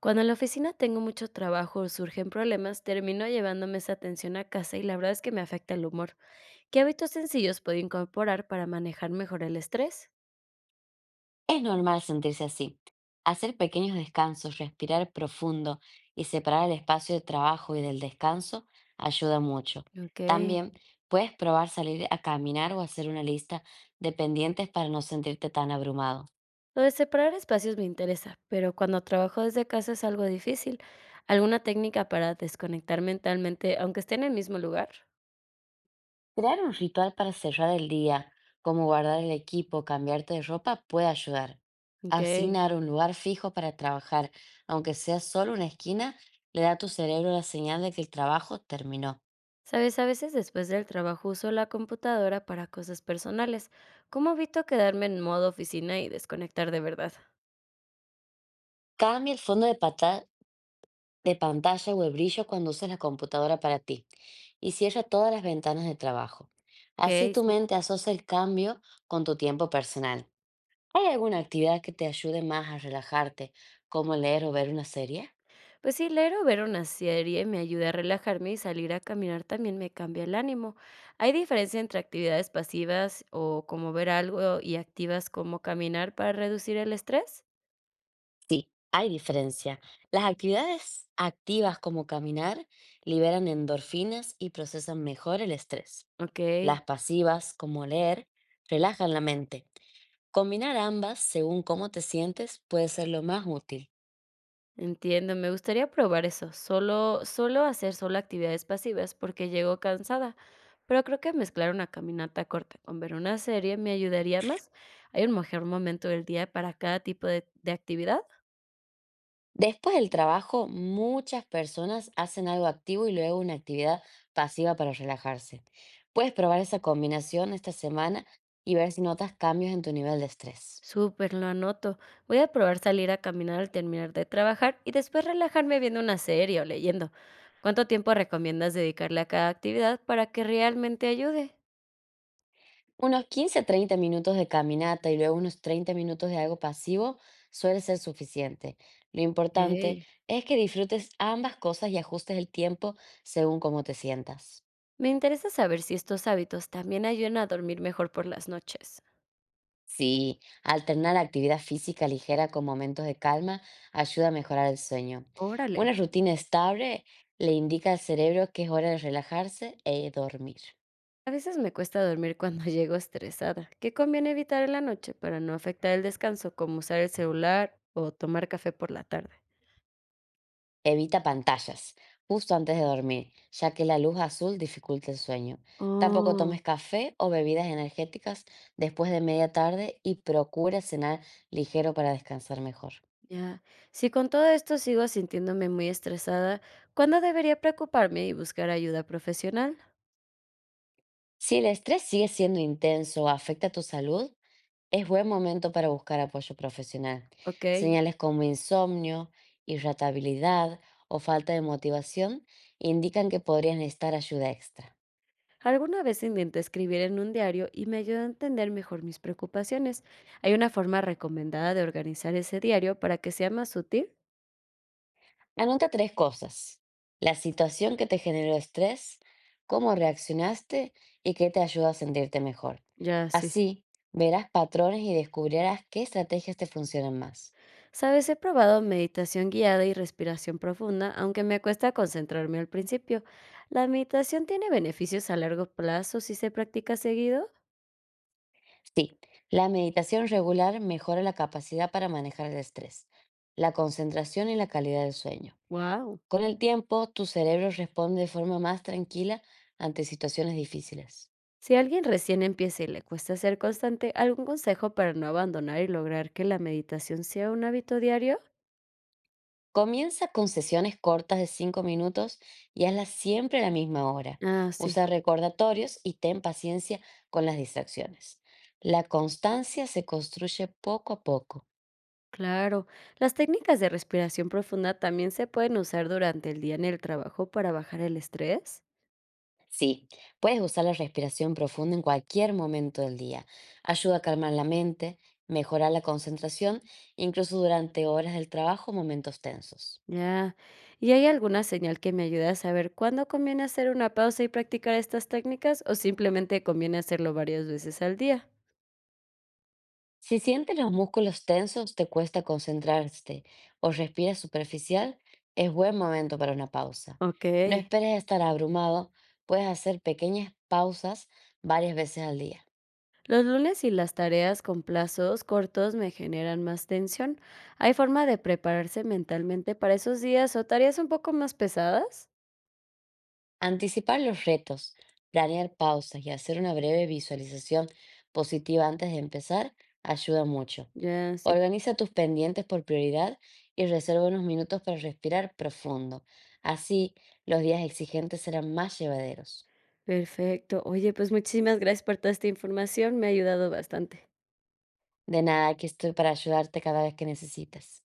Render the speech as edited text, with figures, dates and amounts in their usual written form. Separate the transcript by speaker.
Speaker 1: Cuando en la oficina tengo mucho trabajo o surgen problemas, termino llevándome esa atención a casa y la verdad es que me afecta el humor. ¿Qué hábitos sencillos puedo incorporar para manejar mejor el estrés?
Speaker 2: Es normal sentirse así. Hacer pequeños descansos, respirar profundo y separar el espacio de trabajo y del descanso ayuda mucho.
Speaker 1: Ok.
Speaker 2: También puedes probar salir a caminar o hacer una lista de pendientes para no sentirte tan abrumado.
Speaker 1: Lo de separar espacios me interesa, pero cuando trabajo desde casa es algo difícil. ¿Alguna técnica para desconectar mentalmente, aunque esté en el mismo lugar?
Speaker 2: Crear un ritual para cerrar el día, como guardar el equipo o cambiarte de ropa, puede ayudar.
Speaker 1: Ok.
Speaker 2: Asignar un lugar fijo para trabajar, aunque sea solo una esquina, le da a tu cerebro la señal de que el trabajo terminó.
Speaker 1: Sabes, a veces después del trabajo uso la computadora para cosas personales. ¿Cómo evito quedarme en modo oficina y desconectar de verdad?
Speaker 2: Cambia el fondo de pantalla o el brillo cuando uses la computadora para ti y cierra todas las ventanas de trabajo. Así
Speaker 1: Ok,
Speaker 2: tu
Speaker 1: sí.
Speaker 2: mente asocia el cambio con tu tiempo personal. ¿Hay alguna actividad que te ayude más a relajarte, como leer o ver una serie?
Speaker 1: Pues sí, leer o ver una serie me ayuda a relajarme y salir a caminar también me cambia el ánimo. ¿Hay diferencia entre actividades pasivas o como ver algo y activas como caminar para reducir el estrés?
Speaker 2: Sí, hay diferencia. Las actividades activas como caminar liberan endorfinas y procesan mejor el estrés.
Speaker 1: Ok,
Speaker 2: Las pasivas como leer relajan la mente. Combinar ambas según cómo te sientes puede ser lo más útil.
Speaker 1: entiendo, me gustaría probar eso, solo hacer solo actividades pasivas porque llego cansada, pero creo que mezclar una caminata corta con ver una serie me ayudaría más. ¿Hay un mejor momento del día para cada tipo de actividad?
Speaker 2: Después del trabajo, muchas personas hacen algo activo y luego una actividad pasiva para relajarse. Puedes probar esa combinación esta semana y ver si notas cambios en tu nivel de estrés.
Speaker 1: Súper, lo anoto. Voy a probar salir a caminar al terminar de trabajar y después relajarme viendo una serie o leyendo. ¿Cuánto tiempo recomiendas dedicarle a cada actividad para que realmente ayude?
Speaker 2: Unos 15 a 30 minutos de caminata y luego unos 30 minutos de algo pasivo suele ser suficiente. Lo importante
Speaker 1: Hey.
Speaker 2: es que disfrutes ambas cosas y ajustes el tiempo según cómo te sientas.
Speaker 1: Me interesa saber si estos hábitos también ayudan a dormir mejor por las noches.
Speaker 2: Sí, alternar actividad física ligera con momentos de calma ayuda a mejorar el sueño.
Speaker 1: Órale.
Speaker 2: Una rutina estable le indica al cerebro que es hora de relajarse e dormir.
Speaker 1: A veces me cuesta dormir cuando llego estresada. ¿Qué conviene evitar en la noche para no afectar el descanso, como usar el celular o tomar café por la tarde?
Speaker 2: Evita pantallas justo antes de dormir, ya que la luz azul dificulta el sueño. Tampoco
Speaker 1: Oh.
Speaker 2: tomes café o bebidas energéticas después de media tarde y procura cenar ligero para descansar mejor.
Speaker 1: Ya, si con todo esto sigo sintiéndome muy estresada, ¿cuándo debería preocuparme y buscar ayuda profesional?
Speaker 2: Si el estrés sigue siendo intenso o afecta tu salud, es buen momento para buscar apoyo profesional.
Speaker 1: Ok,
Speaker 2: Señales como insomnio, irritabilidad o falta de motivación indican que podrías necesitar ayuda extra.
Speaker 1: alguna vez intenté escribir en un diario y me ayudó a entender mejor mis preocupaciones. ¿Hay una forma recomendada de organizar ese diario para que sea más útil?
Speaker 2: Anota tres cosas. La situación que te generó estrés, cómo reaccionaste y qué te ayuda a sentirte mejor.
Speaker 1: Ya, sí.
Speaker 2: Así verás patrones y descubrirás qué estrategias te funcionan más.
Speaker 1: Sabes, he probado meditación guiada y respiración profunda, aunque me cuesta concentrarme al principio. ¿La meditación tiene beneficios a largo plazo si se practica seguido?
Speaker 2: Sí, la meditación regular mejora la capacidad para manejar el estrés, la concentración y la calidad del sueño.
Speaker 1: Wow.
Speaker 2: Con el tiempo, tu cerebro responde de forma más tranquila ante situaciones difíciles.
Speaker 1: Si a alguien recién empieza y le cuesta ser constante, ¿algún consejo para no abandonar y lograr que la meditación sea un hábito diario?
Speaker 2: Comienza con sesiones cortas de 5 minutos y hazlas siempre a la misma hora.
Speaker 1: Ah, sí,
Speaker 2: Usa recordatorios y ten paciencia con las distracciones. La constancia se construye poco a poco.
Speaker 1: claro. Las técnicas de respiración profunda también se pueden usar durante el día en el trabajo para bajar el estrés.
Speaker 2: Sí, puedes usar la respiración profunda en cualquier momento del día. Ayuda a calmar la mente, mejorar la concentración, incluso durante horas del trabajo o momentos tensos.
Speaker 1: Ya. ¿Y hay alguna señal que me ayude a saber cuándo conviene hacer una pausa y practicar estas técnicas o simplemente conviene hacerlo varias veces al día?
Speaker 2: Si sientes los músculos tensos, te cuesta concentrarte o respiras superficial, es buen momento para una pausa.
Speaker 1: Ok.
Speaker 2: No esperes estar abrumado, puedes hacer pequeñas pausas varias veces al día.
Speaker 1: Los lunes y las tareas con plazos cortos me generan más tensión. ¿Hay forma de prepararse mentalmente para esos días o tareas un poco más pesadas?
Speaker 2: Anticipar los retos, planear pausas y hacer una breve visualización positiva antes de empezar ayuda mucho.
Speaker 1: Ya, sí.
Speaker 2: Organiza tus pendientes por prioridad y reserva unos minutos para respirar profundo. Así, los días exigentes serán más llevaderos.
Speaker 1: Perfecto. Oye, pues muchísimas gracias por toda esta información. Me ha ayudado bastante.
Speaker 2: De nada, aquí estoy para ayudarte cada vez que necesites.